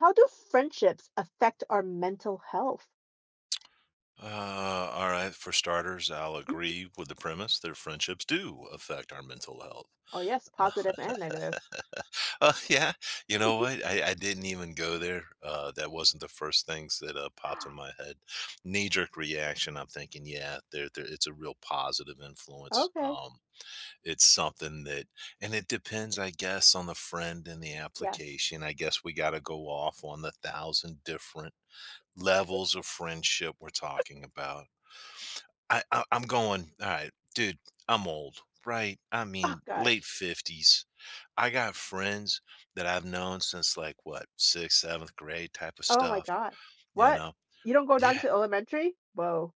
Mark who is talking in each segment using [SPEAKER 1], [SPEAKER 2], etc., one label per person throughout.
[SPEAKER 1] How do friendships affect our mental health?
[SPEAKER 2] All right. For starters, I'll
[SPEAKER 1] Mhm.
[SPEAKER 2] agree with the premise that friendships do affect our mental health.
[SPEAKER 1] Oh, yes,
[SPEAKER 2] Uh,
[SPEAKER 1] positive and negative.
[SPEAKER 2] yeah, you know what? I didn't even go there. That wasn't the first things that popped in my head. Knee jerk reaction. I'm thinking, yeah, there, it's a real positive influence.
[SPEAKER 1] Okay.
[SPEAKER 2] It's something and it depends, I guess, on the friend and the
[SPEAKER 1] Yes.
[SPEAKER 2] application. I guess we got to go off on the thousand different levels of friendship we're talking about. I'm going, all right, dude, I'm old, right? I
[SPEAKER 1] Oh
[SPEAKER 2] mean,
[SPEAKER 1] gosh.
[SPEAKER 2] late 50s. I got friends that I've known since like what, sixth, seventh grade type of
[SPEAKER 1] Oh my
[SPEAKER 2] stuff,
[SPEAKER 1] gosh.
[SPEAKER 2] you
[SPEAKER 1] What?
[SPEAKER 2] know?
[SPEAKER 1] You don't go down
[SPEAKER 2] Yeah.
[SPEAKER 1] to elementary? Whoa.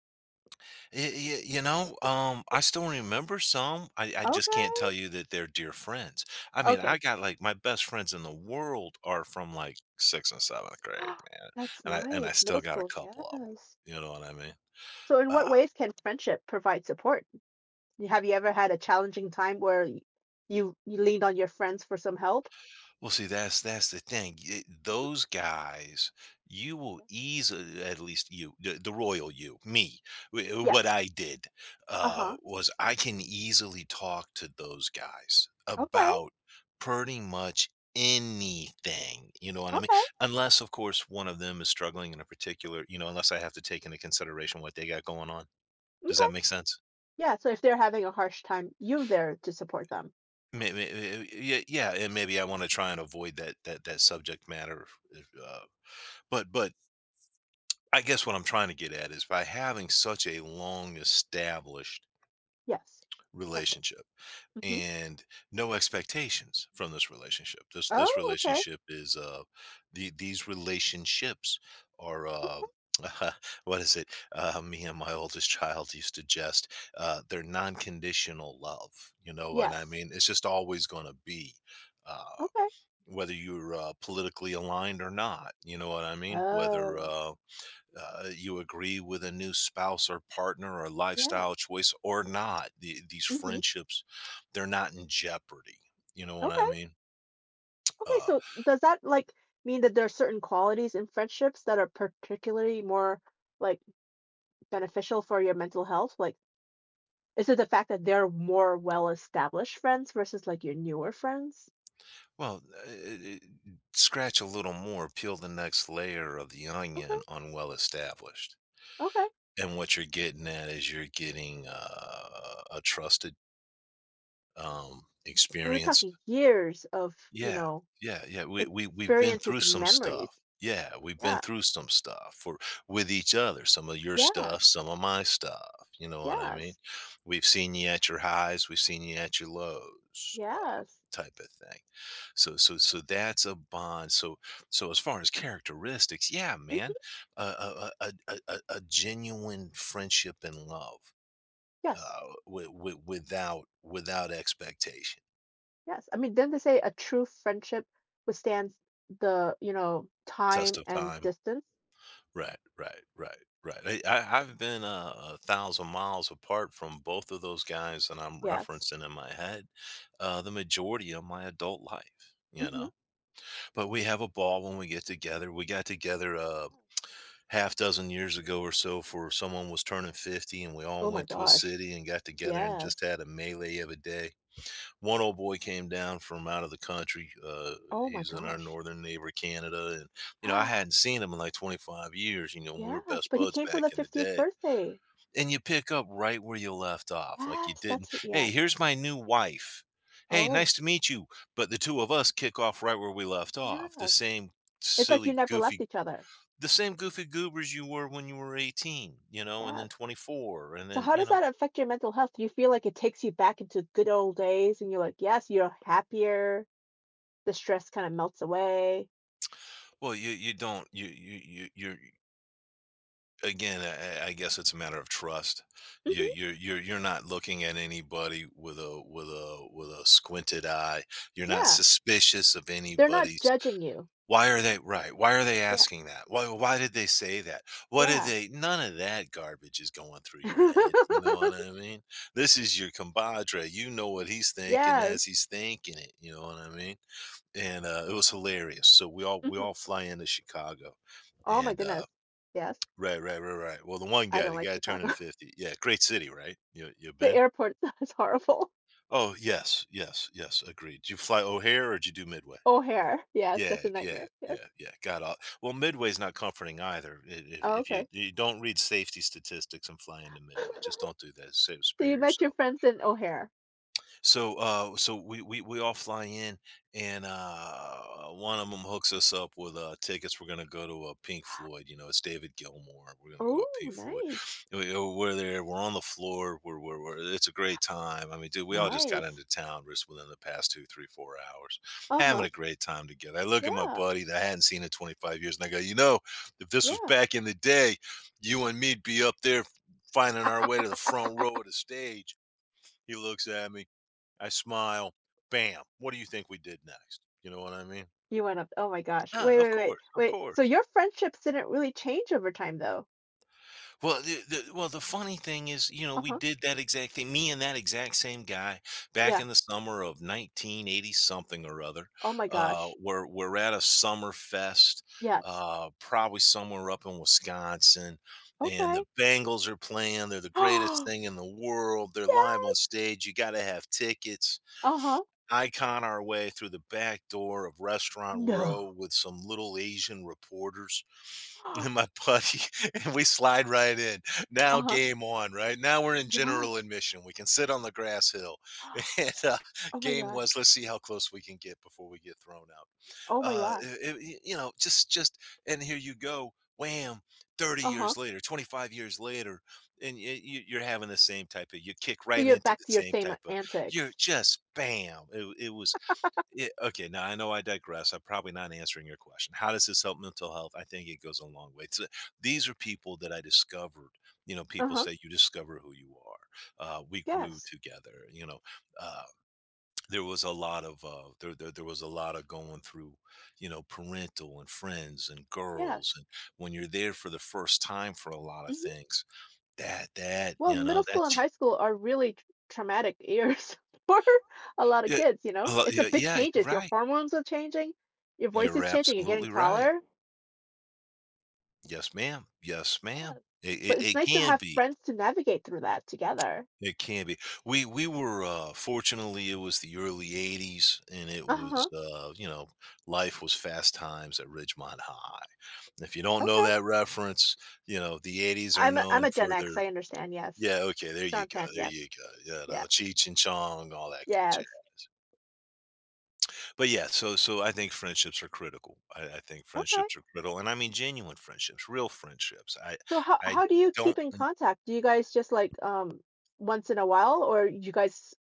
[SPEAKER 2] You know, I still remember some. I just can't tell
[SPEAKER 1] Okay.
[SPEAKER 2] you that they're dear friends. I mean, I
[SPEAKER 1] Okay.
[SPEAKER 2] got like my best friends in the world are from like sixth and seventh grade, man.
[SPEAKER 1] That's
[SPEAKER 2] And I
[SPEAKER 1] nice.
[SPEAKER 2] still
[SPEAKER 1] Middle
[SPEAKER 2] got
[SPEAKER 1] school.
[SPEAKER 2] a couple of
[SPEAKER 1] Yes.
[SPEAKER 2] them. You know what I mean?
[SPEAKER 1] So, in what ways can friendship provide support? Y- Have you ever had a challenging time where y- you leaned on your friends for some help?
[SPEAKER 2] Well, see, that's the thing.
[SPEAKER 1] Mhm.
[SPEAKER 2] Those guys, you will easily, at least you, the royal you, me,
[SPEAKER 1] Yes.
[SPEAKER 2] what I did
[SPEAKER 1] Uh huh.
[SPEAKER 2] was I can easily talk to those guys
[SPEAKER 1] Okay.
[SPEAKER 2] about pretty much anything. You know what I mean?
[SPEAKER 1] Okay.
[SPEAKER 2] Unless, of course, one of them is struggling in a particular, you know, unless I have to take into consideration what they got going on. Does that
[SPEAKER 1] Okay.
[SPEAKER 2] make sense?
[SPEAKER 1] Yeah, so if they're having a harsh time, you're there to support them.
[SPEAKER 2] Yeah, yeah, and maybe I want to try and avoid that subject matter. If, but I guess what I'm trying to get at is by having such a long established
[SPEAKER 1] Yes, friendship.
[SPEAKER 2] relationship
[SPEAKER 1] Mhm.
[SPEAKER 2] and no expectations from this relationship. This
[SPEAKER 1] Oh, okay.
[SPEAKER 2] relationship is these relationships are what is it? Me and my oldest child used to jest. They're non-conditional love. You know what I
[SPEAKER 1] Yes.
[SPEAKER 2] mean? It's just always going to be, uh,
[SPEAKER 1] Okay.
[SPEAKER 2] whether you're politically aligned or not. You know what I mean? Whether
[SPEAKER 1] Oh,
[SPEAKER 2] you agree with a new spouse or partner or
[SPEAKER 1] yeah.
[SPEAKER 2] lifestyle choice or not. These
[SPEAKER 1] Mhm.
[SPEAKER 2] friendships, they're not in jeopardy. You know what I
[SPEAKER 1] Okay.
[SPEAKER 2] mean?
[SPEAKER 1] Okay,
[SPEAKER 2] Uh,
[SPEAKER 1] so does that, like, mean that there are certain qualities in friendships that are particularly more, like, beneficial for your mental health? Like, is it the fact that they're more well-established friends versus, like, your newer friends?
[SPEAKER 2] well, uh, uh, Scratch a little more, peel the next layer of the
[SPEAKER 1] Okay,
[SPEAKER 2] onion on well established.
[SPEAKER 1] okay.
[SPEAKER 2] And what you're getting at is you're getting a trusted,
[SPEAKER 1] We're
[SPEAKER 2] experienced.
[SPEAKER 1] talking years of, you
[SPEAKER 2] Yeah,
[SPEAKER 1] know,
[SPEAKER 2] yeah, yeah, we've been through
[SPEAKER 1] experiences and
[SPEAKER 2] some
[SPEAKER 1] memories.
[SPEAKER 2] stuff. Yeah, we've been
[SPEAKER 1] Yeah.
[SPEAKER 2] through some stuff for with each other. Some of your stuff,
[SPEAKER 1] Yes.
[SPEAKER 2] some of my stuff. You know what I mean?
[SPEAKER 1] Yes.
[SPEAKER 2] We've seen you at your highs, we've seen you at your lows,
[SPEAKER 1] Yes.
[SPEAKER 2] type of thing. So that's a bond. So as far as characteristics, yeah, man,
[SPEAKER 1] Mhm.
[SPEAKER 2] a genuine friendship and love,
[SPEAKER 1] Yes.
[SPEAKER 2] uh, w- without expectation,
[SPEAKER 1] Yes. I mean, didn't they say a true friendship withstands the, you know,
[SPEAKER 2] test
[SPEAKER 1] time
[SPEAKER 2] of
[SPEAKER 1] and
[SPEAKER 2] time.
[SPEAKER 1] distance?
[SPEAKER 2] Right, right, right, right. I've been a thousand miles apart from both of those guys that I'm
[SPEAKER 1] Yes.
[SPEAKER 2] referencing in my head, the majority of my adult life. You
[SPEAKER 1] Hmm.
[SPEAKER 2] know, but we have a ball when we get together. We got together a
[SPEAKER 1] Yes.
[SPEAKER 2] half dozen years ago or so for someone was turning 50, and we all
[SPEAKER 1] Oh my
[SPEAKER 2] went to a
[SPEAKER 1] gosh.
[SPEAKER 2] city and got together and just
[SPEAKER 1] Yes.
[SPEAKER 2] had a melee of a day. One old boy came down from out of the country.
[SPEAKER 1] Oh my
[SPEAKER 2] He's in our
[SPEAKER 1] gosh.
[SPEAKER 2] northern neighbor, Canada, and you know I hadn't seen him in like 25 years. You know, when we were
[SPEAKER 1] Yes.
[SPEAKER 2] best
[SPEAKER 1] But he
[SPEAKER 2] buds
[SPEAKER 1] came for
[SPEAKER 2] back
[SPEAKER 1] the
[SPEAKER 2] in the
[SPEAKER 1] 50th
[SPEAKER 2] day,
[SPEAKER 1] birthday.
[SPEAKER 2] and you pick up right where you left off, like you
[SPEAKER 1] Yes.
[SPEAKER 2] didn't.
[SPEAKER 1] That's it.
[SPEAKER 2] Hey,
[SPEAKER 1] Yes.
[SPEAKER 2] here's my new wife. Hey,
[SPEAKER 1] Oh,
[SPEAKER 2] nice to meet you. But the two of us kick off right where we left off. The
[SPEAKER 1] yeah.
[SPEAKER 2] same
[SPEAKER 1] It's like you
[SPEAKER 2] silly,
[SPEAKER 1] never left
[SPEAKER 2] goofy,
[SPEAKER 1] each other.
[SPEAKER 2] the same goofy goobers you were when you were 18. You know, and then
[SPEAKER 1] Yes.
[SPEAKER 2] 24, and
[SPEAKER 1] So
[SPEAKER 2] then
[SPEAKER 1] how
[SPEAKER 2] you
[SPEAKER 1] does
[SPEAKER 2] know,
[SPEAKER 1] that affect your mental health? Do you feel like it takes you back into good old days and you're like, yes, you're happier, the stress kind of melts away?
[SPEAKER 2] well you don't you you you you're again, I guess it's a matter of trust. You,
[SPEAKER 1] Mhm.
[SPEAKER 2] you're you're you're not looking at anybody with a squinted eye. You're not
[SPEAKER 1] Yeah.
[SPEAKER 2] suspicious of
[SPEAKER 1] They're not
[SPEAKER 2] anybody's.
[SPEAKER 1] judging you.
[SPEAKER 2] Why are they right? Why are they
[SPEAKER 1] Yeah.
[SPEAKER 2] asking that? Why did they say that? What did
[SPEAKER 1] Yeah.
[SPEAKER 2] they? None of that garbage is going through your head. You know what I mean? This is your compadre. You know what he's thinking as
[SPEAKER 1] Yes.
[SPEAKER 2] he's thinking it. You know what I mean? And it was hilarious. So we all we
[SPEAKER 1] Mhm.
[SPEAKER 2] all fly into Chicago,
[SPEAKER 1] Oh my
[SPEAKER 2] and
[SPEAKER 1] goodness. Yes.
[SPEAKER 2] right, right, right, right. Well, the one
[SPEAKER 1] I
[SPEAKER 2] guy,
[SPEAKER 1] don't
[SPEAKER 2] the
[SPEAKER 1] like
[SPEAKER 2] guy turning
[SPEAKER 1] Chicago.
[SPEAKER 2] 50. Yeah, great city, right? You you've
[SPEAKER 1] The
[SPEAKER 2] been?
[SPEAKER 1] airport is horrible.
[SPEAKER 2] Oh, yes, yes, yes, agreed. Did you fly O'Hare or did you do Midway?
[SPEAKER 1] O'Hare. Yes, that's
[SPEAKER 2] Yeah,
[SPEAKER 1] a
[SPEAKER 2] yeah,
[SPEAKER 1] nightmare. Yes.
[SPEAKER 2] yeah, yeah. Got all. Well, Midway's not comforting either.
[SPEAKER 1] Oh,
[SPEAKER 2] If you
[SPEAKER 1] okay.
[SPEAKER 2] you don't read safety statistics and fly into Midway, just don't do that.
[SPEAKER 1] So
[SPEAKER 2] Spare
[SPEAKER 1] you met your
[SPEAKER 2] yourself.
[SPEAKER 1] friends in O'Hare.
[SPEAKER 2] So, so we all fly in, and one of them hooks us up with tickets. We're gonna go to a Pink Floyd. You know, it's David Gilmour. We're gonna go to a Pink
[SPEAKER 1] Oh,
[SPEAKER 2] Floyd.
[SPEAKER 1] nice.
[SPEAKER 2] We're there. We're on the floor. We're it's a great time. I mean, dude, we all just got
[SPEAKER 1] Nice.
[SPEAKER 2] into town just within the past two, three, 4 hours, having
[SPEAKER 1] Uh-huh.
[SPEAKER 2] a great time together. I look at my
[SPEAKER 1] Yeah.
[SPEAKER 2] buddy that I hadn't seen in 25 years, and I go, you know, if this was
[SPEAKER 1] Yeah.
[SPEAKER 2] back in the day, you and me'd be up there finding our way to the front row of the stage. He looks at me. I smile, bam, what do you think we did next? You know what I mean?
[SPEAKER 1] You went up. Oh my gosh.
[SPEAKER 2] Ah,
[SPEAKER 1] Wait,
[SPEAKER 2] of
[SPEAKER 1] wait, wait.
[SPEAKER 2] course, of
[SPEAKER 1] Wait. So
[SPEAKER 2] course.
[SPEAKER 1] your friendships didn't really change over time though?
[SPEAKER 2] Well, the funny thing is, you know, we
[SPEAKER 1] Uh-huh.
[SPEAKER 2] did that exact thing. Me and that exact same guy back
[SPEAKER 1] Yeah.
[SPEAKER 2] in the summer of 1980 something or other.
[SPEAKER 1] Oh my
[SPEAKER 2] Uh,
[SPEAKER 1] gosh.
[SPEAKER 2] we're we're at a summer fest,
[SPEAKER 1] Yes.
[SPEAKER 2] probably somewhere up in Wisconsin, and the
[SPEAKER 1] Okay.
[SPEAKER 2] Bengals are playing. They're the greatest thing in the world. They're live on
[SPEAKER 1] Yes.
[SPEAKER 2] stage. You got to have tickets.
[SPEAKER 1] Uh-huh.
[SPEAKER 2] Icon our way through the back door of Restaurant Row
[SPEAKER 1] No.
[SPEAKER 2] with some little Asian reporters and my buddy, and we slide right in. Now
[SPEAKER 1] Uh-huh.
[SPEAKER 2] game on, right? Now we're in general
[SPEAKER 1] Yes.
[SPEAKER 2] admission. We can sit on the grass hill. And,
[SPEAKER 1] Oh my
[SPEAKER 2] game was,
[SPEAKER 1] gosh.
[SPEAKER 2] let's see how close we can get before we get thrown out.
[SPEAKER 1] Oh my gosh.
[SPEAKER 2] You know, and here you go, wham, 30
[SPEAKER 1] Uh-huh.
[SPEAKER 2] years later, 25 years later, and you, you're having the same type of, you kick
[SPEAKER 1] So
[SPEAKER 2] right
[SPEAKER 1] you're
[SPEAKER 2] into
[SPEAKER 1] back
[SPEAKER 2] the
[SPEAKER 1] to your
[SPEAKER 2] same
[SPEAKER 1] same
[SPEAKER 2] type of, you're
[SPEAKER 1] antics.
[SPEAKER 2] just bam. Okay, now I know I digress. I'm probably not answering your question. How does this help mental health? I think it goes a long way. So these are people that I discovered. You know, people
[SPEAKER 1] Uh-huh.
[SPEAKER 2] say you discover who you are. We grew
[SPEAKER 1] Yes.
[SPEAKER 2] together. You know, uh, there was a lot of there was a lot of going through. You know, parental and friends and girls,
[SPEAKER 1] Yes.
[SPEAKER 2] and when you're there for the first time for a lot of
[SPEAKER 1] Mhm.
[SPEAKER 2] things, that that
[SPEAKER 1] Well,
[SPEAKER 2] you know
[SPEAKER 1] middle school and high school are really tr traumatic years for a lot of
[SPEAKER 2] yeah,
[SPEAKER 1] kids, you know? It's a
[SPEAKER 2] yeah,
[SPEAKER 1] big
[SPEAKER 2] yeah, you're
[SPEAKER 1] changes. Your
[SPEAKER 2] right.
[SPEAKER 1] hormones are changing, your voice
[SPEAKER 2] You're
[SPEAKER 1] is changing, you're getting
[SPEAKER 2] absolutely right.
[SPEAKER 1] taller.
[SPEAKER 2] Yes, ma'am. Yes, ma'am.
[SPEAKER 1] Yes.
[SPEAKER 2] It it
[SPEAKER 1] But it's
[SPEAKER 2] it
[SPEAKER 1] nice to
[SPEAKER 2] can
[SPEAKER 1] have
[SPEAKER 2] be.
[SPEAKER 1] friends to navigate through that together.
[SPEAKER 2] It can be. We were, fortunately, it was the early 80s, and it was,
[SPEAKER 1] Uh-huh.
[SPEAKER 2] you know, life was Fast Times at Ridgemont High. If you don't know
[SPEAKER 1] Okay.
[SPEAKER 2] that reference, you know, the 80s are
[SPEAKER 1] I'm a I'm
[SPEAKER 2] known
[SPEAKER 1] a Gen
[SPEAKER 2] for
[SPEAKER 1] X,
[SPEAKER 2] their
[SPEAKER 1] I understand, yes.
[SPEAKER 2] yeah, okay, there you
[SPEAKER 1] Sean
[SPEAKER 2] go,
[SPEAKER 1] Penn,
[SPEAKER 2] there
[SPEAKER 1] yes.
[SPEAKER 2] you go. You know,
[SPEAKER 1] Yeah.
[SPEAKER 2] Cheech and Chong, all that good jazz.
[SPEAKER 1] Yes.
[SPEAKER 2] But, yeah, so I think friendships are critical. I think
[SPEAKER 1] Okay.
[SPEAKER 2] friendships are critical, and I mean genuine friendships, real friendships.
[SPEAKER 1] So how
[SPEAKER 2] I
[SPEAKER 1] how do you keep
[SPEAKER 2] don't
[SPEAKER 1] in contact? Do you guys just like once in a while or you guys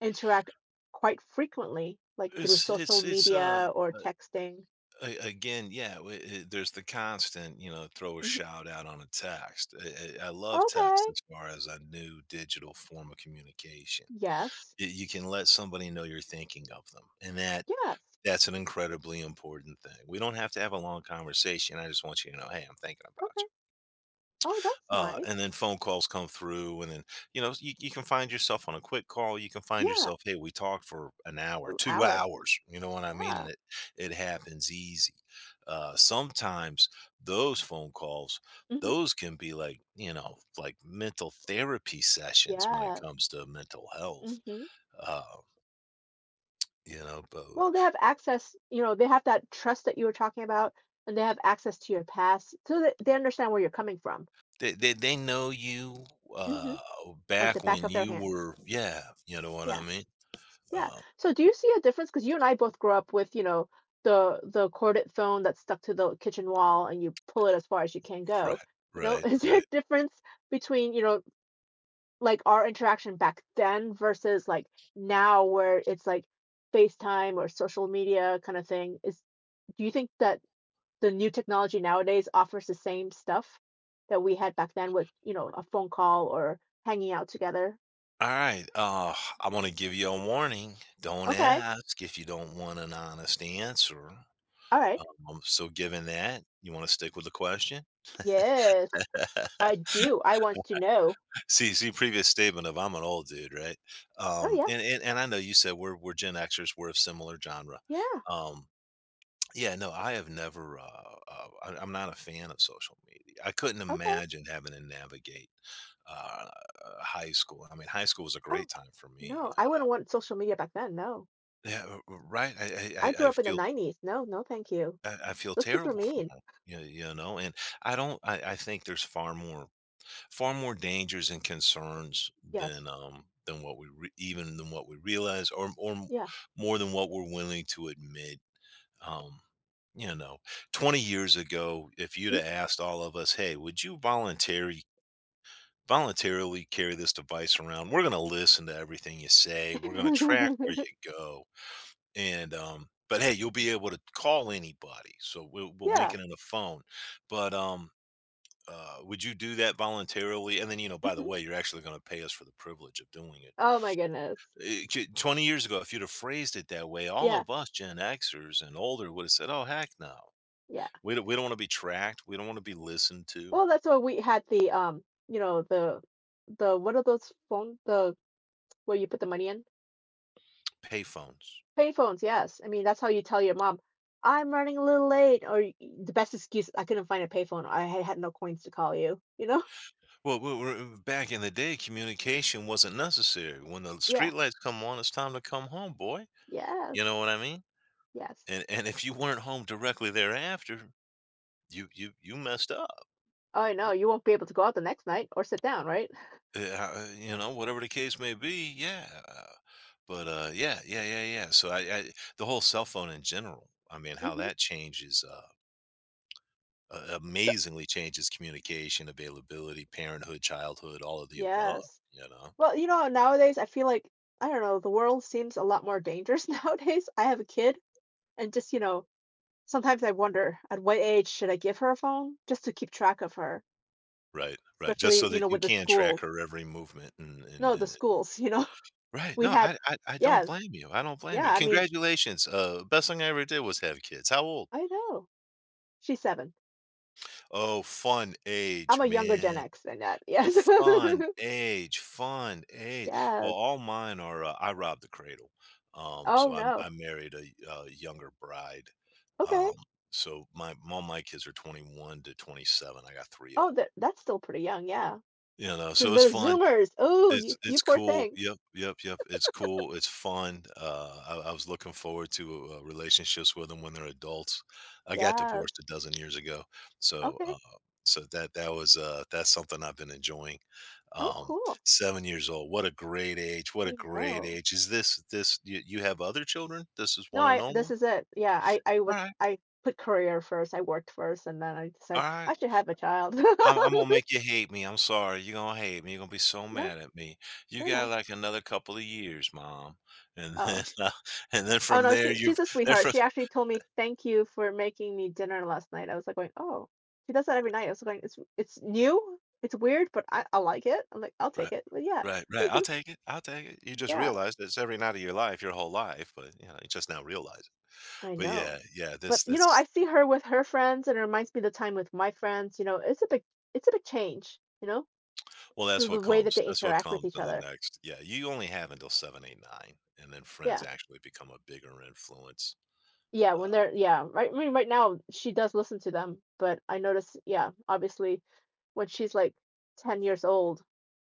[SPEAKER 1] interact quite frequently, like through
[SPEAKER 2] It's it's
[SPEAKER 1] social
[SPEAKER 2] it's
[SPEAKER 1] media or
[SPEAKER 2] a-
[SPEAKER 1] texting?
[SPEAKER 2] again, yeah, there's the constant you know throw a
[SPEAKER 1] Hmm.
[SPEAKER 2] shout out on a text. I I love text
[SPEAKER 1] Okay.
[SPEAKER 2] as far as a new digital form of communication.
[SPEAKER 1] Yes.
[SPEAKER 2] You can let somebody know you're thinking of them, and that
[SPEAKER 1] Yes.
[SPEAKER 2] that's an incredibly important thing. We don't have to have a long conversation. I just want you to know, hey, I'm thinking about
[SPEAKER 1] Okay.
[SPEAKER 2] you,
[SPEAKER 1] Oh, that's
[SPEAKER 2] and
[SPEAKER 1] nice.
[SPEAKER 2] then phone calls come through and then you know you can find yourself on a quick call, you can find
[SPEAKER 1] Yeah.
[SPEAKER 2] yourself, hey, we talked for an hour,
[SPEAKER 1] Oh,
[SPEAKER 2] two
[SPEAKER 1] hours.
[SPEAKER 2] hours you know what I mean,
[SPEAKER 1] Yeah.
[SPEAKER 2] and it happens easy. Sometimes those phone calls,
[SPEAKER 1] Hmm.
[SPEAKER 2] those can be like, you know, like mental therapy sessions when it
[SPEAKER 1] Yes.
[SPEAKER 2] comes to mental health.
[SPEAKER 1] Hmm.
[SPEAKER 2] uh, you know, but
[SPEAKER 1] Well, they have access, you know, they have that trust that you were talking about, and they have access to your past so that they understand where you're coming from.
[SPEAKER 2] they know you,
[SPEAKER 1] Hmm.
[SPEAKER 2] uh,
[SPEAKER 1] Like the
[SPEAKER 2] back
[SPEAKER 1] back
[SPEAKER 2] when
[SPEAKER 1] of their
[SPEAKER 2] you
[SPEAKER 1] hand.
[SPEAKER 2] were, yeah, you know what I mean.
[SPEAKER 1] Yes. Yeah.
[SPEAKER 2] Uh,
[SPEAKER 1] So do you see a difference? Because you and I both grew up with, you know, the corded phone that's stuck to the kitchen wall and you pull it as far as you can go.
[SPEAKER 2] Right,
[SPEAKER 1] You know,
[SPEAKER 2] right,
[SPEAKER 1] is there
[SPEAKER 2] right.
[SPEAKER 1] a difference between, you know, like our interaction back then versus like now where it's like FaceTime or social media kind of thing? Is do you think that the new technology nowadays offers the same stuff that we had back then with, you know, a phone call or hanging out together?
[SPEAKER 2] All right. I want to give you a warning. Don't
[SPEAKER 1] Okay.
[SPEAKER 2] ask if you don't want an honest answer.
[SPEAKER 1] All right.
[SPEAKER 2] Given that, you want to stick with the question.
[SPEAKER 1] Yes, I do. I wants to know.
[SPEAKER 2] Previous statement of I'm an old dude, right?
[SPEAKER 1] Oh
[SPEAKER 2] Um,
[SPEAKER 1] yeah.
[SPEAKER 2] and, and and I know you said we're Gen Xers, we're of similar genre.
[SPEAKER 1] Yeah.
[SPEAKER 2] Um, yeah, no, I have never. I'm not a fan of social media. I couldn't
[SPEAKER 1] Okay.
[SPEAKER 2] imagine having to navigate uh, high school. I mean, high school was a great
[SPEAKER 1] Oh,
[SPEAKER 2] time for me.
[SPEAKER 1] no. I wouldn't want social media back then. No.
[SPEAKER 2] Yeah, right. I, I
[SPEAKER 1] I
[SPEAKER 2] I
[SPEAKER 1] grew
[SPEAKER 2] I
[SPEAKER 1] up in the
[SPEAKER 2] feel
[SPEAKER 1] 90s. No, no, thank you.
[SPEAKER 2] I feel
[SPEAKER 1] Those kids were
[SPEAKER 2] terrible for
[SPEAKER 1] mean.
[SPEAKER 2] 'em, and I don't I think there's far more far more dangers and concerns
[SPEAKER 1] Yes.
[SPEAKER 2] than what we re even than what we realize or
[SPEAKER 1] Yeah.
[SPEAKER 2] more than what we're willing to admit, um, you know, 20 years ago, if you'd have
[SPEAKER 1] Mhm.
[SPEAKER 2] asked all of us, "Hey, would you voluntary voluntarily carry this device around? We're gonna listen to everything you say. We're gonna track where you go." And, but hey, you'll be able to call anybody. So we'll make
[SPEAKER 1] Yeah.
[SPEAKER 2] it on the phone. But Would you do that voluntarily? And then you know, by the
[SPEAKER 1] Hmm.
[SPEAKER 2] way, you're actually going to pay us for the privilege of doing it.
[SPEAKER 1] Oh my goodness.
[SPEAKER 2] 20 years ago, if you'd have phrased it that way, all
[SPEAKER 1] Yeah.
[SPEAKER 2] of us Gen Xers and older would have said, "Oh heck no,
[SPEAKER 1] Yeah.
[SPEAKER 2] we don't want to be tracked. We don't want to be listened to."
[SPEAKER 1] Well, that's why we had the you know, the what are those phone the where you put the money in?
[SPEAKER 2] Payphones.
[SPEAKER 1] Payphones, yes. I mean, that's how you tell your mom, "I'm running a little late," or y the best excuse, "I couldn't find a payphone. I ha had no coins to call you," you know?
[SPEAKER 2] Well, back in the day, communication wasn't necessary. When the
[SPEAKER 1] Yeah.
[SPEAKER 2] streetlights come on, it's time to come home, boy. You
[SPEAKER 1] Yes.
[SPEAKER 2] know what I mean?
[SPEAKER 1] Yes.
[SPEAKER 2] And if you weren't home directly thereafter, you messed up.
[SPEAKER 1] Oh, I know, you won't be able to go out the next night or sit down, right?
[SPEAKER 2] You know, whatever the case may be. Yeah, but yeah, yeah, yeah, yeah. So I the whole cell phone in general. I mean, how
[SPEAKER 1] Mhm.
[SPEAKER 2] that changes.
[SPEAKER 1] So
[SPEAKER 2] Amazingly changes communication, availability, parenthood, childhood, all of the above.
[SPEAKER 1] yes.
[SPEAKER 2] You know,
[SPEAKER 1] Well, you know, nowadays, I feel like, I don't know, the world seems a lot more dangerous nowadays. I have a kid, and just, you know, sometimes I wonder, at what age should I give her a phone just to keep track of her,
[SPEAKER 2] right, right. Just
[SPEAKER 1] especially,
[SPEAKER 2] so
[SPEAKER 1] you
[SPEAKER 2] that
[SPEAKER 1] know,
[SPEAKER 2] you
[SPEAKER 1] with the
[SPEAKER 2] can track
[SPEAKER 1] schools.
[SPEAKER 2] her every movement and and,
[SPEAKER 1] No, the
[SPEAKER 2] and
[SPEAKER 1] schools, you know?
[SPEAKER 2] right.
[SPEAKER 1] We
[SPEAKER 2] No,
[SPEAKER 1] had
[SPEAKER 2] I don't
[SPEAKER 1] yeah,
[SPEAKER 2] blame you. I don't blame
[SPEAKER 1] yeah,
[SPEAKER 2] you.
[SPEAKER 1] I mean
[SPEAKER 2] Congratulations. Best thing I ever did was have kids. How old?
[SPEAKER 1] I know. She's 7.
[SPEAKER 2] Oh, fun age,
[SPEAKER 1] I'm a younger Gen
[SPEAKER 2] man.
[SPEAKER 1] X than that. Yes.
[SPEAKER 2] Fun age, fun age. Well,
[SPEAKER 1] Yes.
[SPEAKER 2] all mine are, I robbed the cradle. Um, so
[SPEAKER 1] Oh,
[SPEAKER 2] I, I
[SPEAKER 1] no.
[SPEAKER 2] married a, younger bride.
[SPEAKER 1] Okay.
[SPEAKER 2] Um, so my all my kids are 21 to 27. I got three of
[SPEAKER 1] Oh,
[SPEAKER 2] them.
[SPEAKER 1] that that's still pretty young, yeah.
[SPEAKER 2] You know,
[SPEAKER 1] 'Cause
[SPEAKER 2] so it's
[SPEAKER 1] they're
[SPEAKER 2] fun
[SPEAKER 1] Zoomers. Oh,
[SPEAKER 2] it's
[SPEAKER 1] you
[SPEAKER 2] it's
[SPEAKER 1] poor
[SPEAKER 2] cool.
[SPEAKER 1] thing.
[SPEAKER 2] Yep, yep, yep. It's cool. It's fun. I was looking forward to relationships with them when they're adults. I got
[SPEAKER 1] Yes.
[SPEAKER 2] divorced a dozen years ago, so
[SPEAKER 1] Okay.
[SPEAKER 2] so that was that's something I've been enjoying.
[SPEAKER 1] Oh,
[SPEAKER 2] Um,
[SPEAKER 1] cool.
[SPEAKER 2] 7 years old. What a great age. What a
[SPEAKER 1] I
[SPEAKER 2] great
[SPEAKER 1] know.
[SPEAKER 2] age. Is you have other children? This is
[SPEAKER 1] No,
[SPEAKER 2] one and
[SPEAKER 1] I
[SPEAKER 2] only.
[SPEAKER 1] this is it. Yeah, I
[SPEAKER 2] All
[SPEAKER 1] was
[SPEAKER 2] right.
[SPEAKER 1] I put career first. I worked first, and then I
[SPEAKER 2] All
[SPEAKER 1] decided
[SPEAKER 2] right.
[SPEAKER 1] I should have a child.
[SPEAKER 2] I'm gonna make you hate me. I'm sorry. You're gonna hate me. You're gonna be so
[SPEAKER 1] No,
[SPEAKER 2] mad at me. You
[SPEAKER 1] no, no.
[SPEAKER 2] got like another couple of years, mom, and then
[SPEAKER 1] Oh.
[SPEAKER 2] and then
[SPEAKER 1] Oh
[SPEAKER 2] from
[SPEAKER 1] no,
[SPEAKER 2] there
[SPEAKER 1] she
[SPEAKER 2] you
[SPEAKER 1] she's a
[SPEAKER 2] then
[SPEAKER 1] sweetheart.
[SPEAKER 2] from
[SPEAKER 1] She actually told me thank you for making me dinner last night. I was like going, oh, she does that every night. I was going, it's new, it's weird, but I like it. I'm like, I'll
[SPEAKER 2] right,
[SPEAKER 1] take it. But yeah,
[SPEAKER 2] right, right. I'll take it. I'll take it. You just
[SPEAKER 1] yeah,
[SPEAKER 2] realize it's every night of your life, your whole life, but you know you just now realize it.
[SPEAKER 1] I
[SPEAKER 2] But
[SPEAKER 1] know.
[SPEAKER 2] yeah, yeah.
[SPEAKER 1] But
[SPEAKER 2] This
[SPEAKER 1] you know, I
[SPEAKER 2] this
[SPEAKER 1] see her with her friends, and it reminds me of the time with my friends. You know, it's a big change. You know,
[SPEAKER 2] Well, that's
[SPEAKER 1] the,
[SPEAKER 2] what
[SPEAKER 1] the way that
[SPEAKER 2] comes.
[SPEAKER 1] they
[SPEAKER 2] That's what
[SPEAKER 1] interact with
[SPEAKER 2] comes
[SPEAKER 1] each
[SPEAKER 2] in the
[SPEAKER 1] other.
[SPEAKER 2] next. Yeah, you only have until seven, eight, nine, and then friends
[SPEAKER 1] Yeah,
[SPEAKER 2] actually become a bigger influence.
[SPEAKER 1] yeah.
[SPEAKER 2] Uh,
[SPEAKER 1] When they're yeah, right. I mean, right now she does listen to them, but I notice yeah, obviously when she's like 10 years old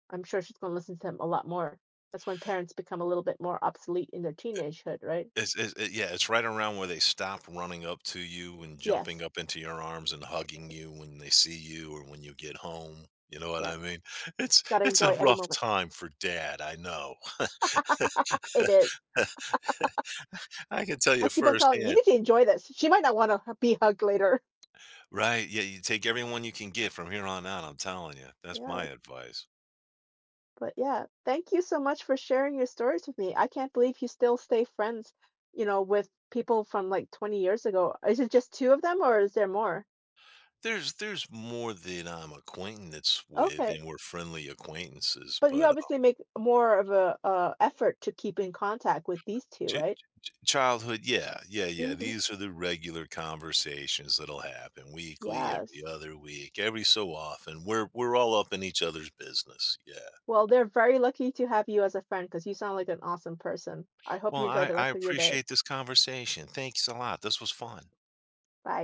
[SPEAKER 1] I'm sure she's gonna listen to him a lot more. That's when parents become a little bit more obsolete in their teenagehood, right?
[SPEAKER 2] It's it yeah, it's right around where they stop running up to you and jumping
[SPEAKER 1] Yes,
[SPEAKER 2] up into your arms and hugging
[SPEAKER 1] yes,
[SPEAKER 2] you when they see you or when you get home, you know what
[SPEAKER 1] yeah.
[SPEAKER 2] I mean? It's
[SPEAKER 1] Gotta
[SPEAKER 2] it's a
[SPEAKER 1] enjoy every
[SPEAKER 2] rough
[SPEAKER 1] moment.
[SPEAKER 2] time for dad, I know.
[SPEAKER 1] It is.
[SPEAKER 2] I can tell you
[SPEAKER 1] I keep on telling you, you
[SPEAKER 2] firsthand.
[SPEAKER 1] need to enjoy this. She might not want to be hugged later.
[SPEAKER 2] Right, yeah, you take everyone you can get from here on out, I'm telling you. That's my
[SPEAKER 1] Yes,
[SPEAKER 2] advice.
[SPEAKER 1] but yeah, thank you so much for sharing your stories with me. I can't believe you still stay friends, you know, with people from like 20 years ago. Is it just two of them or is there more?
[SPEAKER 2] There's more that I'm acquaintance with,
[SPEAKER 1] Okay.
[SPEAKER 2] and we're friendly acquaintances,
[SPEAKER 1] But you
[SPEAKER 2] but
[SPEAKER 1] obviously make more of a effort to keep in contact with these two,
[SPEAKER 2] Ch
[SPEAKER 1] right?
[SPEAKER 2] ch childhood, yeah, yeah, yeah,
[SPEAKER 1] Mm-hmm.
[SPEAKER 2] these are the regular conversations that'll happen weekly, every
[SPEAKER 1] Yes.
[SPEAKER 2] other week, every so often. We're all up in each other's business, yeah.
[SPEAKER 1] Well, they're very lucky to have you as a friend because you sound like an awesome person. I hope you
[SPEAKER 2] Well,
[SPEAKER 1] enjoy
[SPEAKER 2] I
[SPEAKER 1] the
[SPEAKER 2] I
[SPEAKER 1] rest of your day.
[SPEAKER 2] appreciate this conversation. Thanks a lot. This was fun.
[SPEAKER 1] Bye.